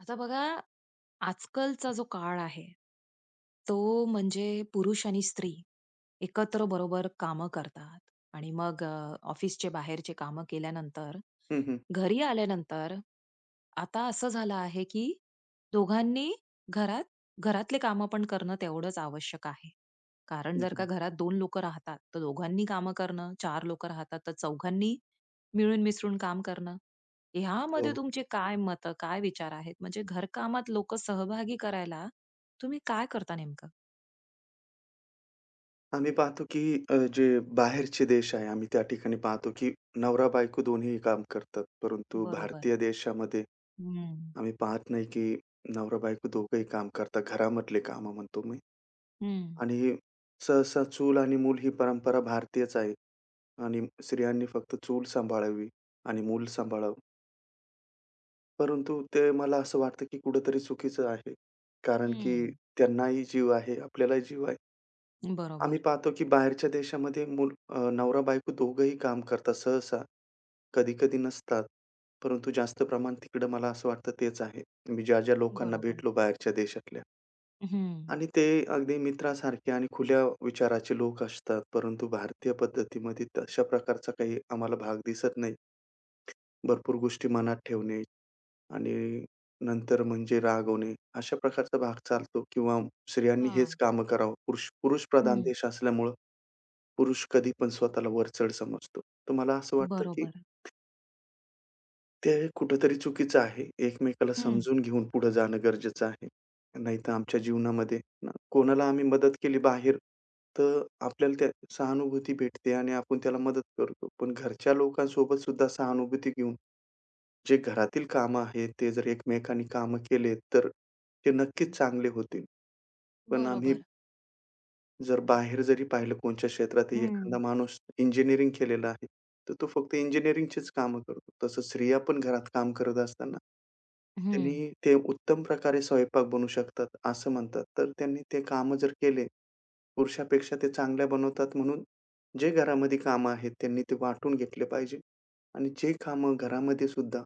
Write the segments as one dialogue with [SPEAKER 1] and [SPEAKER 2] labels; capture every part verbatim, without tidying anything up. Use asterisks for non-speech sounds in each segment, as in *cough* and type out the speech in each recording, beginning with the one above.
[SPEAKER 1] आता बघा, आजकालचा जो काळ आहे, तो म्हणजे पुरुष आणि स्त्री एकत्र बरोबर कामं करतात आणि मग अ, ऑफिसचे बाहेरचे कामं केल्यानंतर,
[SPEAKER 2] हं, हं.
[SPEAKER 1] घरी आल्यानंतर आता असं झालं आहे, की दोघांनी घरात घरातले कामं पण करणं तेवढंच आवश्यक आहे. कारण
[SPEAKER 2] हं,
[SPEAKER 1] जर का
[SPEAKER 2] हं.
[SPEAKER 1] घरात दोन लोकं राहतात, तर दोघांनी कामं करणं, चार लोकं राहतात, तर चौघांनी मिळून मिसळून काम करणं. ह्यामध्ये
[SPEAKER 2] हो.
[SPEAKER 1] तुमचे काय मत, काय विचार आहेत? म्हणजे घरकामात लोकं सहभागी करायला तुम्ही काय करता नेमकं?
[SPEAKER 2] आम्ही पाहतो की अ, जे बाहेरचे देश आहे, आम्ही त्या ठिकाणी पाहतो की नवरा-बायको दोन्हीही काम करतात. परंतु
[SPEAKER 1] बरोबर.
[SPEAKER 2] भारतीय देशामध्ये
[SPEAKER 1] हं.
[SPEAKER 2] आम्ही पाहत नाही की नवरा-बायको दोघंही काम करतात. घरामधले कामं म्हणतो मी
[SPEAKER 1] हं.
[SPEAKER 2] आणि सहसा चूल आणि मूल ही परंपरा भारतीयच आहे आणि स्त्रियांनी फक्त चूल सांभाळावी आणि मूल सांभाळावं. परंतु ते मला असं वाटतं की कुठेतरी चुकीचं आहे. कारण की
[SPEAKER 1] हं.
[SPEAKER 2] त्यांनाही जीव आहे, आपल्यालाही जीव आहे. आम्ही
[SPEAKER 1] बरोबर,
[SPEAKER 2] पाहतो की बाहेरच्या देशामध्ये मूल अ, नवरा-बायको दोघंही काम करतात सहसा. कधी-कधी नसतात. परंतु जास्त प्रमाण तिकडं मला असं वाटतं तेच आहे. मी ज्या-ज्या लोकांना
[SPEAKER 1] बरोबर.
[SPEAKER 2] भेटलो बाहेरच्या देशातल्या
[SPEAKER 1] हं.
[SPEAKER 2] आणि ते अगदी मित्रासारखे आणि खुल्या विचाराचे लोक असतात. परंतु भारतीय पद्धतीमध्ये तशा प्रकारचा काही आम्हाला भाग दिसत नाही. भरपूर गोष्टी मनात ठेवणे आणि नंतर म्हणजे रागवणे अशा प्रकारचा भाग चालतो किंवा स्त्रियांनी हेच
[SPEAKER 1] हां.
[SPEAKER 2] कामं करावं. पुरुष पुरुषप्रधान
[SPEAKER 1] हं.
[SPEAKER 2] देश असल्यामुळं पुरुष कधी पण स्वतःला वरचढ समजतो. तर मला असं वाटतं, की
[SPEAKER 1] बरोबर.
[SPEAKER 2] ते कुठेतरी चुकीचं आहे. एकमेकाला
[SPEAKER 1] हं.
[SPEAKER 2] समजून घेऊन पुढे जाणं गरजेचं आहे. नाहीतर आमच्या जीवनामध्ये ना कोणाला आम्ही मदत केली बाहेर, तर आपल्याला त्या सहानुभूती भेटते आणि आपण त्याला मदत करतो. पण घरच्या लोकांसोबत सुद्धा सहानुभूती घेऊन जे घरातील कामं आहेत, ते जर एकमेकांनी कामं केले, तर ते नक्कीच चांगले होतील. पण आम्ही
[SPEAKER 1] बरोबर.
[SPEAKER 2] जर बाहेर जरी पाहिलं कोणत्या क्षेत्रातही
[SPEAKER 1] हं.
[SPEAKER 2] एखादा माणूस इंजिनिअरिंग केलेला आहे, तर तो फक्त इंजिनिअरिंगचीच कामं करतो. तसं स्त्रिया पण घरात काम करत असताना,
[SPEAKER 1] हं.
[SPEAKER 2] त्यांनी ते उत्तम प्रकारे स्वयंपाक बनवू शकतात, असं म्हणतात. तर त्यांनी ते कामं जर केले, पुरुषापेक्षा ते चांगल्या बनवतात म्हणून जे घरामध्ये कामं आहेत, त्यांनी ते वाटून घेतले पाहिजे आणि जे कामं घरामध्ये सुद्धा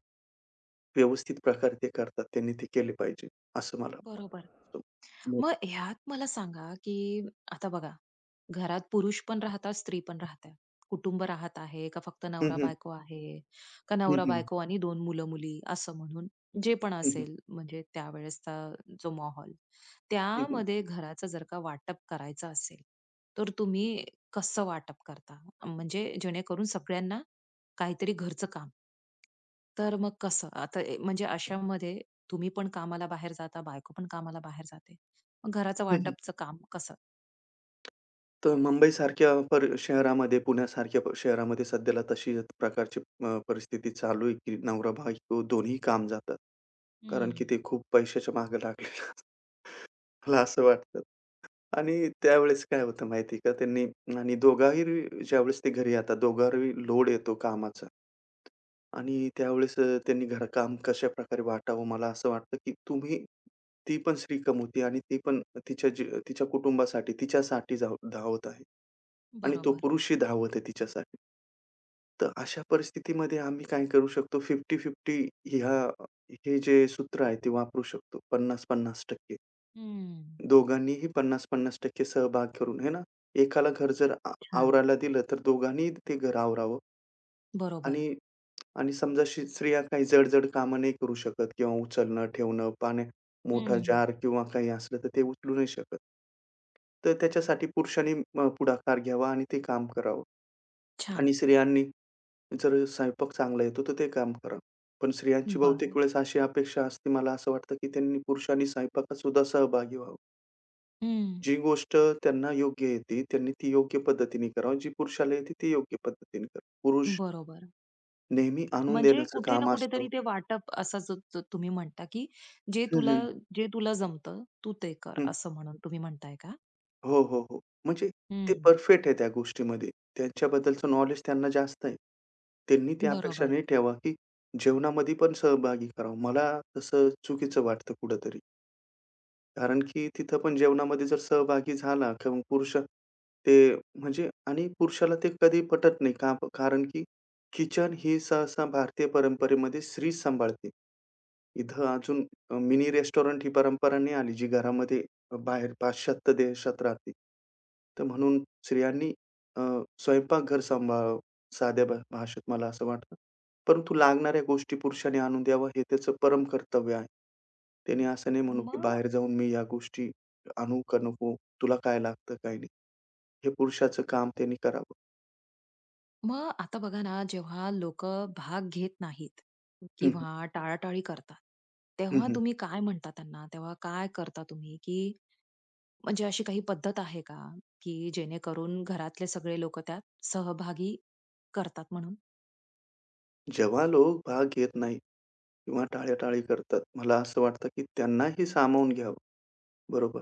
[SPEAKER 2] व्यवस्थित प्रकारे ते करतात, त्यांनी ते केले पाहिजे, असं मला
[SPEAKER 1] बरोबर.
[SPEAKER 2] वाटतं.
[SPEAKER 1] मग ह्यात मला सांगा, की आता बघा घरात पुरुष पण राहतात, स्त्री पण राहतात. कुटुंब राहत आहे का फक्त
[SPEAKER 2] हं, हं.
[SPEAKER 1] नवरा-बायको आहे, का
[SPEAKER 2] हं, हं.
[SPEAKER 1] नवरा-बायको आणि दोन मुलं-मुली असं म्हणून जे पण
[SPEAKER 2] हं, हं.
[SPEAKER 1] असेल म्हणजे त्यावेळेसचा जो माहोल.
[SPEAKER 2] हं, हं.
[SPEAKER 1] त्यामध्ये घराचं जर का वाटप करायचं असेल, तर तुम्ही कसं वाटप करता? म्हणजे जेणेकरून सगळ्यांना काहीतरी घरचं काम. तर मग कसं? आता ए म्हणजे अशामध्ये तुम्ही पण कामाला बाहेर जाता, बायको पण कामाला बाहेर जाते. मग घराचं वाटपचं काम कसं?
[SPEAKER 2] तर मुंबईसारख्या पर शहरामध्ये, पुण्यासारख्या प शहरामध्ये सध्याला तशी प्रकारची अ, परिस्थिती चालू आहे, की नवरा-बायको दोन्ही काम जातात. कारण
[SPEAKER 1] हं,
[SPEAKER 2] की ते खूप पैशाच्या मागे लागलेले आहेत. *laughs* मला असं वाटतं. आणि त्यावेळेस काय होतं माहिती आहे का त्यांनी आणि दोघाही ज्यावेळेस ते घरी येतात, दोघांवरही लोड येतो कामाचा. आणि त्यावेळेस अ, त्यांनी घरकाम कशाप्रकारे वाटावं मला असं वाटतं, की तुम्ही ती पण श्रीकम होती आणि ती पण तिच्या जी तिच्या कुटुंबासाठी, तिच्यासाठी जाव धावत आहे. आणि तो
[SPEAKER 1] बरोबर.
[SPEAKER 2] पुरुषही धावत आहे तिच्यासाठी. तर अशा परिस्थितीमध्ये आम्ही काय करू शकतो पन्नास-पन्नास ह्या हे जे सूत्र आहे ते वापरू शकतो. पन्नास-पन्नास टक्के
[SPEAKER 1] हम्म.
[SPEAKER 2] दोघांनीही पन्नास 50 सहभाग करून, आहे ना? एकाला घर जर आ
[SPEAKER 1] छान.
[SPEAKER 2] आवरायला दिलं, तर दोघांनीही ते घर आवरावं
[SPEAKER 1] बरोबर.
[SPEAKER 2] आणि आणि समजा शी स्त्रिया काही जड-जड कामं नाही करू शकत किंवा उचलणं, ठेवणं, पाण्या मोठा
[SPEAKER 1] हम्म.
[SPEAKER 2] जार किंवा काही असलं, तर ते उचलू नाही शकत. तर त्याच्यासाठी पुरुषांनी अ, पुढाकार घ्यावा आणि ते काम करावं
[SPEAKER 1] छान.
[SPEAKER 2] आणि स्त्रियांनी जर स्वयंपाक चांगला येतो, तर ते काम करावं. पण स्त्रियांची बहुतेक
[SPEAKER 1] बरं.
[SPEAKER 2] वेळेस अशी अपेक्षा असते, मला असं वाटतं, की त्यांनी पुरुषांनी स्वयंपाकात सुद्धा सहभागी व्हावं.
[SPEAKER 1] हं.
[SPEAKER 2] जी गोष्ट त्यांना योग्य येते, त्यांनी ती योग्य पद्धतीने करावी. जी पुरुषाला येते ती योग्य पद्धतीने करावी. पुरुष
[SPEAKER 1] बरोबर.
[SPEAKER 2] नेहमी आणून
[SPEAKER 1] म्हणजे
[SPEAKER 2] देण्याचं
[SPEAKER 1] कुठे ना
[SPEAKER 2] काम असतं.
[SPEAKER 1] कुठेतरी ते वाटप असं जो जो तुम्ही म्हणता, की जे
[SPEAKER 2] हं,
[SPEAKER 1] तुला
[SPEAKER 2] हं,
[SPEAKER 1] जे तुला जमतं, तू ते कर,
[SPEAKER 2] हं.
[SPEAKER 1] असं म्हणून तुम्ही म्हणताय का?
[SPEAKER 2] हो, हो, हो. म्हणजे ते
[SPEAKER 1] हं.
[SPEAKER 2] परफेक्ट आहे त्या गोष्टीमध्ये. त्यांच्याबद्दलचं नॉलेज त्यांना जास्त आहे. त्यांनी ती अपेक्षा
[SPEAKER 1] बरोबर.
[SPEAKER 2] नाही ठेवा, की जेवणामध्ये पण सहभागी करावं. मला तसं चुकीचं वाटतं कुठेतरी. कारण की तिथं पण जेवणामध्ये जर सहभागी झाला किंवा पुरुष ते म्हणजे आणि पुरुषाला ते कधी पटत नाही. का कारण की किचन ही सहसा भारतीय परंपरेमध्ये स्त्री सांभाळते. इथं अजून मिनी रेस्टॉरंट ही परंपरा नाही आली, जी घरामध्ये अ, बाहेर पाश्चात्य देशात राहते. तर म्हणून स्त्रियांनी अ, स्वयंपाकघर सांभाळावं, साध्या भा भाषेत मला असं वाटतं. परंतु लागणाऱ्या गोष्टी पुरुषाने आणून द्यावा, हे त्याचं परम कर्तव्य आहे. त्याने असं नाही म्हणू, की
[SPEAKER 1] मग
[SPEAKER 2] बाहेर जाऊन मी या गोष्टी आणू का नको, तुला काय लागतं, काय नाही. हे पुरुषाचं काम त्यांनी करावं.
[SPEAKER 1] मग आता बघा ना, जेव्हा लोकं भाग घेत नाहीत
[SPEAKER 2] हं, हं.
[SPEAKER 1] किंवा टाळाटाळी करतात, तेव्हा तुम्ही काय म्हणता त्यांना? तेव्हा काय करता तुम्ही, की म्हणजे अशी काही पद्धत आहे का, की जेणेकरून घरातले सगळे लोक त्यात सहभागी करतात म्हणून?
[SPEAKER 2] जेव्हा लोक भाग घेत नाही किंवा टाळ्या करतात, मला असं वाटतं, की त्यांनाही सामावून घ्यावं. बरोबर.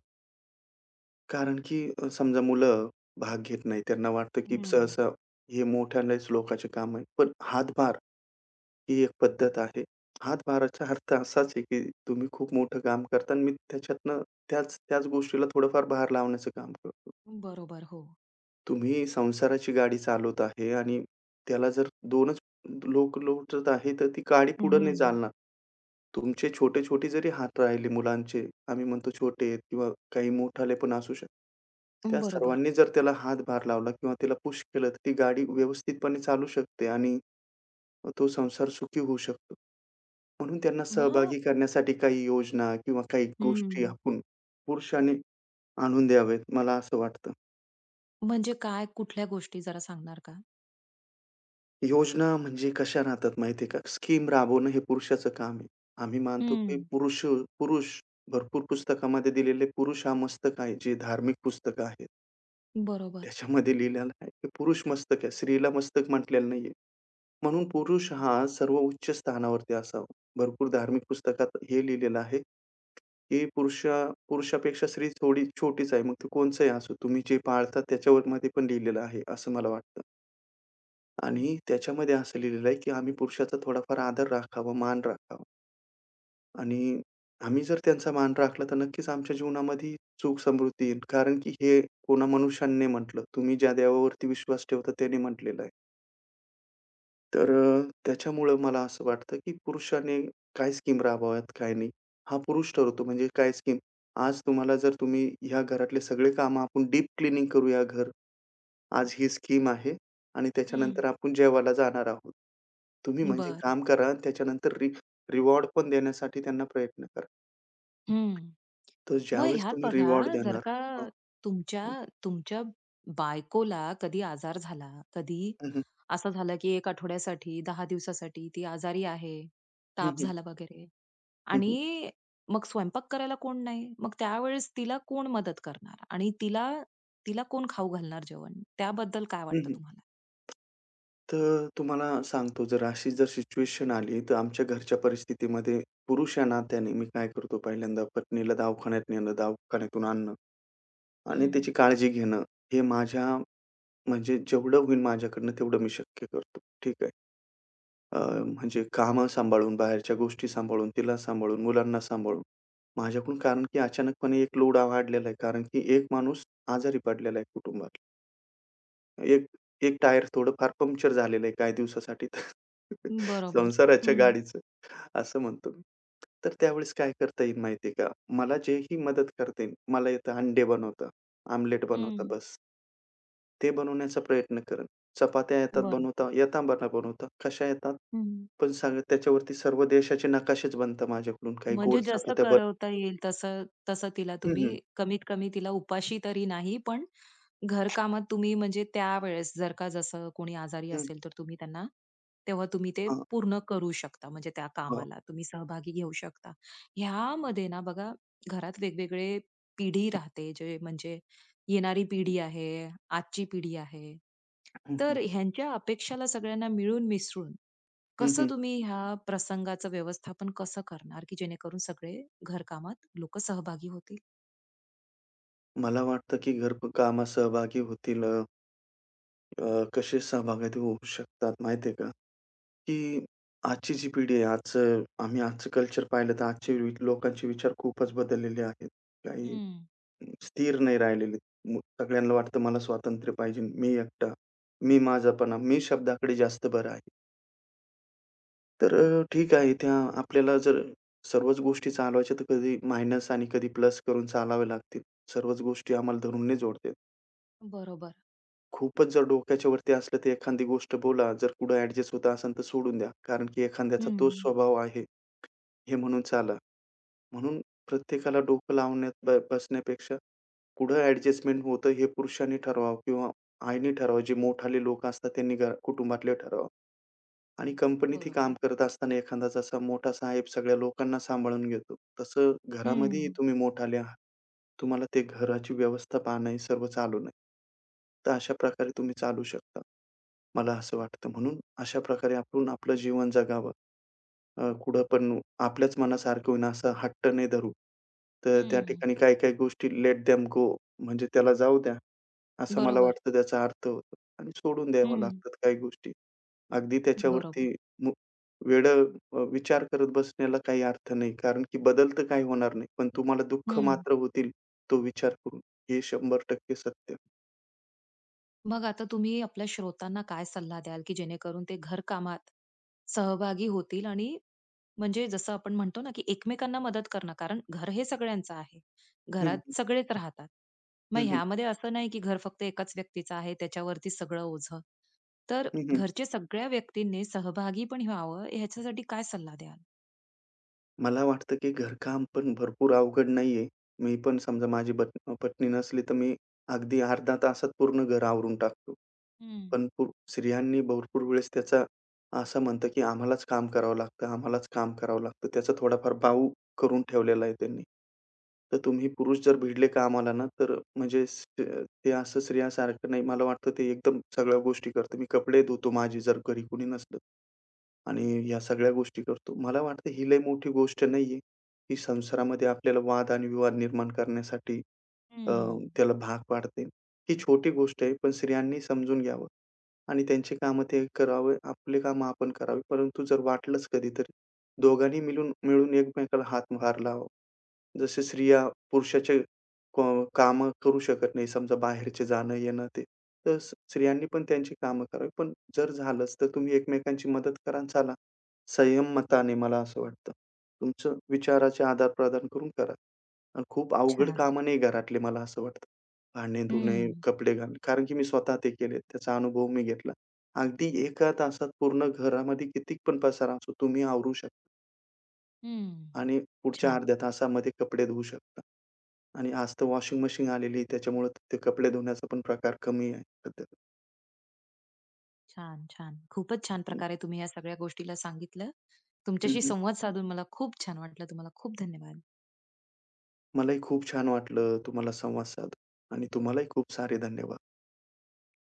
[SPEAKER 2] कारण की अ, समजा मुलं भाग घेत नाही. त्यांना वाटतं की
[SPEAKER 1] हं.
[SPEAKER 2] सहसा हे मोठ्याल्याच लोकांचे काम आहे. पण हातभार ही एक पद्धत आहे. हातभाराचा अर्थ असाच आहे की तुम्ही खूप मोठं काम करता आणि मी त्याच्यातनं त्याच त्याच गोष्टीला थोडंफार भार लावण्याचं काम करतो.
[SPEAKER 1] बरोबर, हो.
[SPEAKER 2] तुम्ही संसाराची गाडी चालवत आहे आणि त्याला जर दोनच लोक लोटत आहे, तर ती गाडी पुढे नाही
[SPEAKER 1] हं.
[SPEAKER 2] चालणार. तुमचे छोटे-छोटे जरी हात राहिले मुलांचे, आम्ही म्हणतो छोटे आहेत किंवा काही मोठाले पण असू शकतात. त्या
[SPEAKER 1] बरोबर.
[SPEAKER 2] सर्वांनी जर त्याला हातभार लावला किंवा त्याला पुश केलं, तर ती गाडी व्यवस्थितपणे चालू शकते आणि तो संसार सुखी होऊ शकतो. म्हणून त्यांना
[SPEAKER 1] मग
[SPEAKER 2] सहभागी करण्यासाठी काही योजना किंवा काही गोष्टी
[SPEAKER 1] हं.
[SPEAKER 2] आपण पुरुषाने आणून द्यावेत, मला असं वाटतं.
[SPEAKER 1] म्हणजे काय, कुठल्या गोष्टी जरा सांगणार का?
[SPEAKER 2] योजना म्हणजे कशा राहतात माहिती का? स्कीम राबवणं हे पुरुषाचं काम आहे. आम्ही मानतो की
[SPEAKER 1] हं.
[SPEAKER 2] पुरुष पुरुष भरपूर पुस्तकामध्ये दिलेले पुरुष हा मस्तक आहे, जे धार्मिक पुस्तकं आहेत.
[SPEAKER 1] बरोबर.
[SPEAKER 2] त्याच्यामध्ये लिहिलेलं आहे की पुरुष मस्तक आहे. स्त्रीला मस्तक म्हटलेलं नाहीये. म्हणून पुरुष हा सर्व उच्च स्थानावरती असावा. भरपूर धार्मिक पुस्तकात हे लिहिलेलं आहे की पुरुषा पुरुषापेक्षा स्त्री थोडी छोटीच आहे. मग ती कोणचंही असो. तुम्ही जे पाळता त्याच्यावरती पण लिहिलेलं आहे, असं मला वाटतं. आणि त्याच्यामध्ये असं लिहिलेलं आहे, की आम्ही पुरुषाचा थोडाफार आदर राखावा, मान राखावा आणि आम्ही जर त्यांचा मान राखला, तर नक्कीच आमच्या जीवनामध्ये सुख समृद्धी येईल. कारण की हे कोणा मनुष्याने नाही म्हटलं. तुम्ही ज्या देवावरती विश्वास ठेवता त्याने म्हटलेलं आहे. तर अ, त्याच्यामुळं मला असं वाटतं, की पुरुषाने काय स्कीम राबवाव्यात, काय नाही. हा पुरुष ठरवतो म्हणजे काय स्कीम. आज तुम्हाला जर तुम्ही ह्या घरातले सगळे कामं आपण डीप क्लीनिंग करूया घर. आज ही स्कीम आहे आणि
[SPEAKER 1] हं.
[SPEAKER 2] त्याच्यानंतर आपण जेवायला जाणार आहोत. तुम्ही म्हणजे
[SPEAKER 1] बरं.
[SPEAKER 2] काम करा आणि त्याच्यानंतर रि रिवॉर्ड पण देण्यासाठी त्यांना प्रयत्न करा.
[SPEAKER 1] हं.
[SPEAKER 2] तर
[SPEAKER 1] मग
[SPEAKER 2] ज्यावेळेस
[SPEAKER 1] ह्यात
[SPEAKER 2] तुम्ही
[SPEAKER 1] बघा,
[SPEAKER 2] रिवॉर्ड
[SPEAKER 1] जर
[SPEAKER 2] देणार
[SPEAKER 1] का
[SPEAKER 2] हं.
[SPEAKER 1] तुमच्या तुमच्या बायकोला कधी आजार झाला, कधी
[SPEAKER 2] हं, हं.
[SPEAKER 1] असं झालं, की एक आठवड्यासाठी, दहा दिवसासाठी ती आजारी आहे,
[SPEAKER 2] हं,
[SPEAKER 1] ताप
[SPEAKER 2] हं.
[SPEAKER 1] झाला वगैरे,
[SPEAKER 2] हं, हं.
[SPEAKER 1] आणि मग स्वयंपाक करायला कोण नाही. मग त्यावेळेस तिला कोण मदत करणार आणि तिला तिला कोण खाऊ घालणार जेवण? त्याबद्दल काय
[SPEAKER 2] हं,
[SPEAKER 1] वाटतं
[SPEAKER 2] हं.
[SPEAKER 1] तुम्हाला?
[SPEAKER 2] तर तुम्हाला सांगतो जर अशी जर सिच्युएशन आली तर आमच्या घरच्या परिस्थितीमध्ये पुरुष या नात्याने मी काय करतो पहिल्यांदा पत्नीला दवाखान्यात नेणं, दवाखान्यातून आणणं आणि
[SPEAKER 1] हं.
[SPEAKER 2] त्याची काळजी घेणं हे माझ्या म्हणजे जेवढं होईल माझ्याकडनं तेवढं मी शक्य करतो. ठीक आहे. अ, म्हणजे कामं सांभाळून, बाहेरच्या गोष्टी सांभाळून, तिला सांभाळून, मुलांना सांभाळून. माझ्याकडून कारण की अचानकपणे एक लोड वाढलेला आहे. कारण की एक माणूस आजारी पडलेला आहे कुटुंबात. एक एक टायर थोडंफार पंक्चर झालेलं आहे काही दिवसासाठी तर *laughs*
[SPEAKER 1] बरोबर.
[SPEAKER 2] संसाराच्या
[SPEAKER 1] हं.
[SPEAKER 2] गाडीचं असं म्हणतो मी. तर त्यावेळेस काय करता येईल माहिती का? मला जे ही मदत करता येईल. मला येतं अंडे बनवता, आमलेट बनवता
[SPEAKER 1] हं.
[SPEAKER 2] बस. ते बनवण्याचा प्रयत्न करेन. चपात्या येतात
[SPEAKER 1] बरोबर.
[SPEAKER 2] बनवता येता मला बनवता. कशा येतात?
[SPEAKER 1] हं.
[SPEAKER 2] पण सांगा त्याच्यावरती सर्व देशाचे नकाशेच बनतात माझ्याकडून. काही गोल
[SPEAKER 1] म्हणजे जसं
[SPEAKER 2] चपात्या बन
[SPEAKER 1] करवता येईल तसं तसं तिला
[SPEAKER 2] हं,
[SPEAKER 1] तुम्ही
[SPEAKER 2] हं.
[SPEAKER 1] कमीत कमी तिला उपाशी तरी नाही, पण घरकामात तुम्ही म्हणजे त्यावेळेस जर का जसं कोणी आजारी
[SPEAKER 2] हं.
[SPEAKER 1] असेल, तर तुम्ही त्यांना तेव्हा तुम्ही ते
[SPEAKER 2] हां,
[SPEAKER 1] पूर्ण करू शकता. म्हणजे त्या
[SPEAKER 2] हां.
[SPEAKER 1] कामाला तुम्ही सहभागी घेऊ शकता. ह्यामध्ये ना बघा घरात वेगवेगळे पिढी राहते, जे म्हणजे येणारी पिढी आहे, आजची पिढी आहे.
[SPEAKER 2] हं, हं.
[SPEAKER 1] तर ह्यांच्या अपेक्षाला सगळ्यांना मिळून मिसळून
[SPEAKER 2] हं,
[SPEAKER 1] कसं
[SPEAKER 2] हं.
[SPEAKER 1] तुम्ही ह्या प्रसंगाचं व्यवस्थापन कसं करणार, की जेणेकरून सगळे घरकामात लोकं सहभागी होतील?
[SPEAKER 2] मला वाटतं की घरकामात सहभागी होतील अ, अ, कसे सहभागी होऊ शकतात माहिती आहे का? की आजची जी पिढी आहे, आजचं आम्ही आजचं कल्चर पाहिलं तर आजचे वि- लोकांचे विचार खूपच बदललेले आहेत. काही
[SPEAKER 1] हं.
[SPEAKER 2] स्थिर नाही राहिलेली. मग सगळ्यांना वाटतं मला स्वातंत्र्य पाहिजे. मी एकटा, मी माझापणा, मी शब्दाकडे जास्त बरा आहे. तर अ, ठीक आहे त्या आपल्याला जर सर्वच गोष्टी चालवायच्या तर कधी मायनस आणि कधी प्लस करून चालावे लागतील. सर्वच गोष्टी आम्हाला धरून नाही जोडता
[SPEAKER 1] बरोबर.
[SPEAKER 2] खूपच जर डोक्याच्या वरती असलं तर एखादी गोष्ट बोला. जर कुठं ॲडजस्ट होत असेल तर सोडून द्या. कारण की एखाद्याचा तोच
[SPEAKER 1] हं.
[SPEAKER 2] स्वभाव आहे, हे म्हणून चाला. म्हणून प्रत्येकाला डोकं लावण्यात ब बसण्यापेक्षा कुठं ॲडजस्टमेंट होतं हे पुरुषांनी ठरवावं किंवा आईने ठरवावं. जे मोठाले लोक असतात त्यांनी घ कुटुंबातले ठरवावं. आणि कंपनीतही काम
[SPEAKER 1] बरोबर.
[SPEAKER 2] करत असताना एखादा जसा मोठा साहेब सगळ्या लोकांना सांभाळून घेतो. तसं घरामध्येही
[SPEAKER 1] हं.
[SPEAKER 2] तुम्ही मोठाले आहात. तुम्हाला ते घराची व्यवस्था पाहणं हे सर्व चालू आहे. तर अशा प्रकारे तुम्ही चालू शकता. मला असं वाटतं म्हणून अशा प्रकारे आपण आपलं जीवन जगावं. अ, कुठं पण आपल्याच मनासारखं होईना असं हट्ट नाही धरू. तर त्या
[SPEAKER 1] हं.
[SPEAKER 2] ठिकाणी काही-काही गोष्टी लेट देम गो म्हणजे त्याला जाऊ द्या, असं मला
[SPEAKER 1] बरोबर.
[SPEAKER 2] वाटतं त्याचा अर्थ होतो आणि सोडून द्याव्या
[SPEAKER 1] हं.
[SPEAKER 2] लागतात काही गोष्टी. अगदी
[SPEAKER 1] बरोबर.
[SPEAKER 2] त्याच्यावरती मु वेडं अ, विचार करत बसण्याला काही अर्थ नाही. कारण की बदल तर काही होणार नाही. पण तुम्हाला दुःख
[SPEAKER 1] हं.
[SPEAKER 2] मात्र होतील तो विचार करून. हे शंभर टक्के सत्य.
[SPEAKER 1] मग आता तुम्ही आपल्या श्रोतांना काय सल्ला द्याल, की जेणेकरून ते घरकामात सहभागी होतील आणि म्हणजे जसं आपण म्हणतो ना, की एकमेकांना मदत करणं, कारण घर हे सगळ्यांचं आहे.
[SPEAKER 2] हं,
[SPEAKER 1] घरात
[SPEAKER 2] हं.
[SPEAKER 1] सगळेच राहतात. मग
[SPEAKER 2] हं, हं.
[SPEAKER 1] ह्यामध्ये असं नाही, की घर फक्त एकाच व्यक्तीचं आहे, त्याच्यावरती सगळं ओझं. तर
[SPEAKER 2] हं,
[SPEAKER 1] घरचे सगळ्या व्यक्तींनी सहभागी पण व्हावं, ह्याच्यासाठी काय सल्ला द्याल?
[SPEAKER 2] मला वाटतं की घरकाम पण भरपूर अवघड नाहीये. मी पण समजा माझी पत पत्नी नसली, तर मी अगदी अर्ध्या तासात पूर्ण घर आवरून टाकतो.
[SPEAKER 1] हं,
[SPEAKER 2] पण पु स्त्रियांनी भरपूर वेळेस त्याचा असं म्हणतं की आम्हालाच काम करावं लागतं, आम्हालाच काम करावं लागतं. त्याचा थोडाफार बाऊ करून ठेवलेला आहे त्यांनी. तर तुम्ही पुरुष जर भिडले कामाला ना, तर म्हणजे स ते असं स्त्रियासारखं नाही. मला वाटतं ते एकदम सगळ्या गोष्टी करतं. मी कपडे धुतो माझे जर घरी कोणी नसलं. आणि या सगळ्या गोष्टी करतो. मला वाटतं ही लई मोठी गोष्ट नाहीये. ही संसारामध्ये आपल्याला वाद आणि विवाद निर्माण करण्यासाठी अ,
[SPEAKER 1] हं.
[SPEAKER 2] त्याला भाग पाडते. ही छोटी गोष्ट आहे, पण स्त्रियांनी समजून घ्यावं आणि त्यांची कामं ते करावे, आपली कामं आपण करावी. परंतु जर वाटलंच कधीतरी, दोघांनी मिळून मिळून एकमेकाला हातभार लावावा. जसे स्त्रिया पुरुषाचे क कामं करू शकत नाही. समजा बाहेरचे जाणं-येणं ते, तर स्त्रियांनी पण त्यांची कामं करावी. पण जर झालंच, तर तुम्ही एकमेकांची मदत करा आणि चाला. संयमताने मला असं वाटतं. तुमचं विचाराचे आदान-प्रदान करून करा. आणि खूप अवघड
[SPEAKER 1] छान.
[SPEAKER 2] कामं नाही घरातले मला असं वाटतं. भांडे धुणे,
[SPEAKER 1] हं,
[SPEAKER 2] कपडे घालणे. कारण की मी स्वतः ते केले. त्याचा अनुभव मी घेतला. अगदी एका तासात पूर्ण घरामध्ये किती पण पसारा असो, तुम्ही आवरू शकता
[SPEAKER 1] हं.
[SPEAKER 2] आणि पुढच्या
[SPEAKER 1] छान.
[SPEAKER 2] अर्ध्या तासामध्ये कपडे धुवू शकता. आणि आज तर वॉशिंग मशीन आलेली आहे, त्याच्यामुळे ते कपडे धुण्याचा पण प्रकार कमी आहे सध्या.
[SPEAKER 1] छान, छान. खूपच छान
[SPEAKER 2] हं.
[SPEAKER 1] प्रकारे तुम्ही या सगळ्या गोष्टीला सांगितलं.
[SPEAKER 2] हं,
[SPEAKER 1] तुमच्याशी
[SPEAKER 2] हं.
[SPEAKER 1] संवाद साधून मला खूप छान वाटलं. तुम्हाला खूप धन्यवाद.
[SPEAKER 2] मलाही खूप छान वाटलं तुम्हाला संवाद साधून आणि तुम्हालाही खूप सारे धन्यवाद.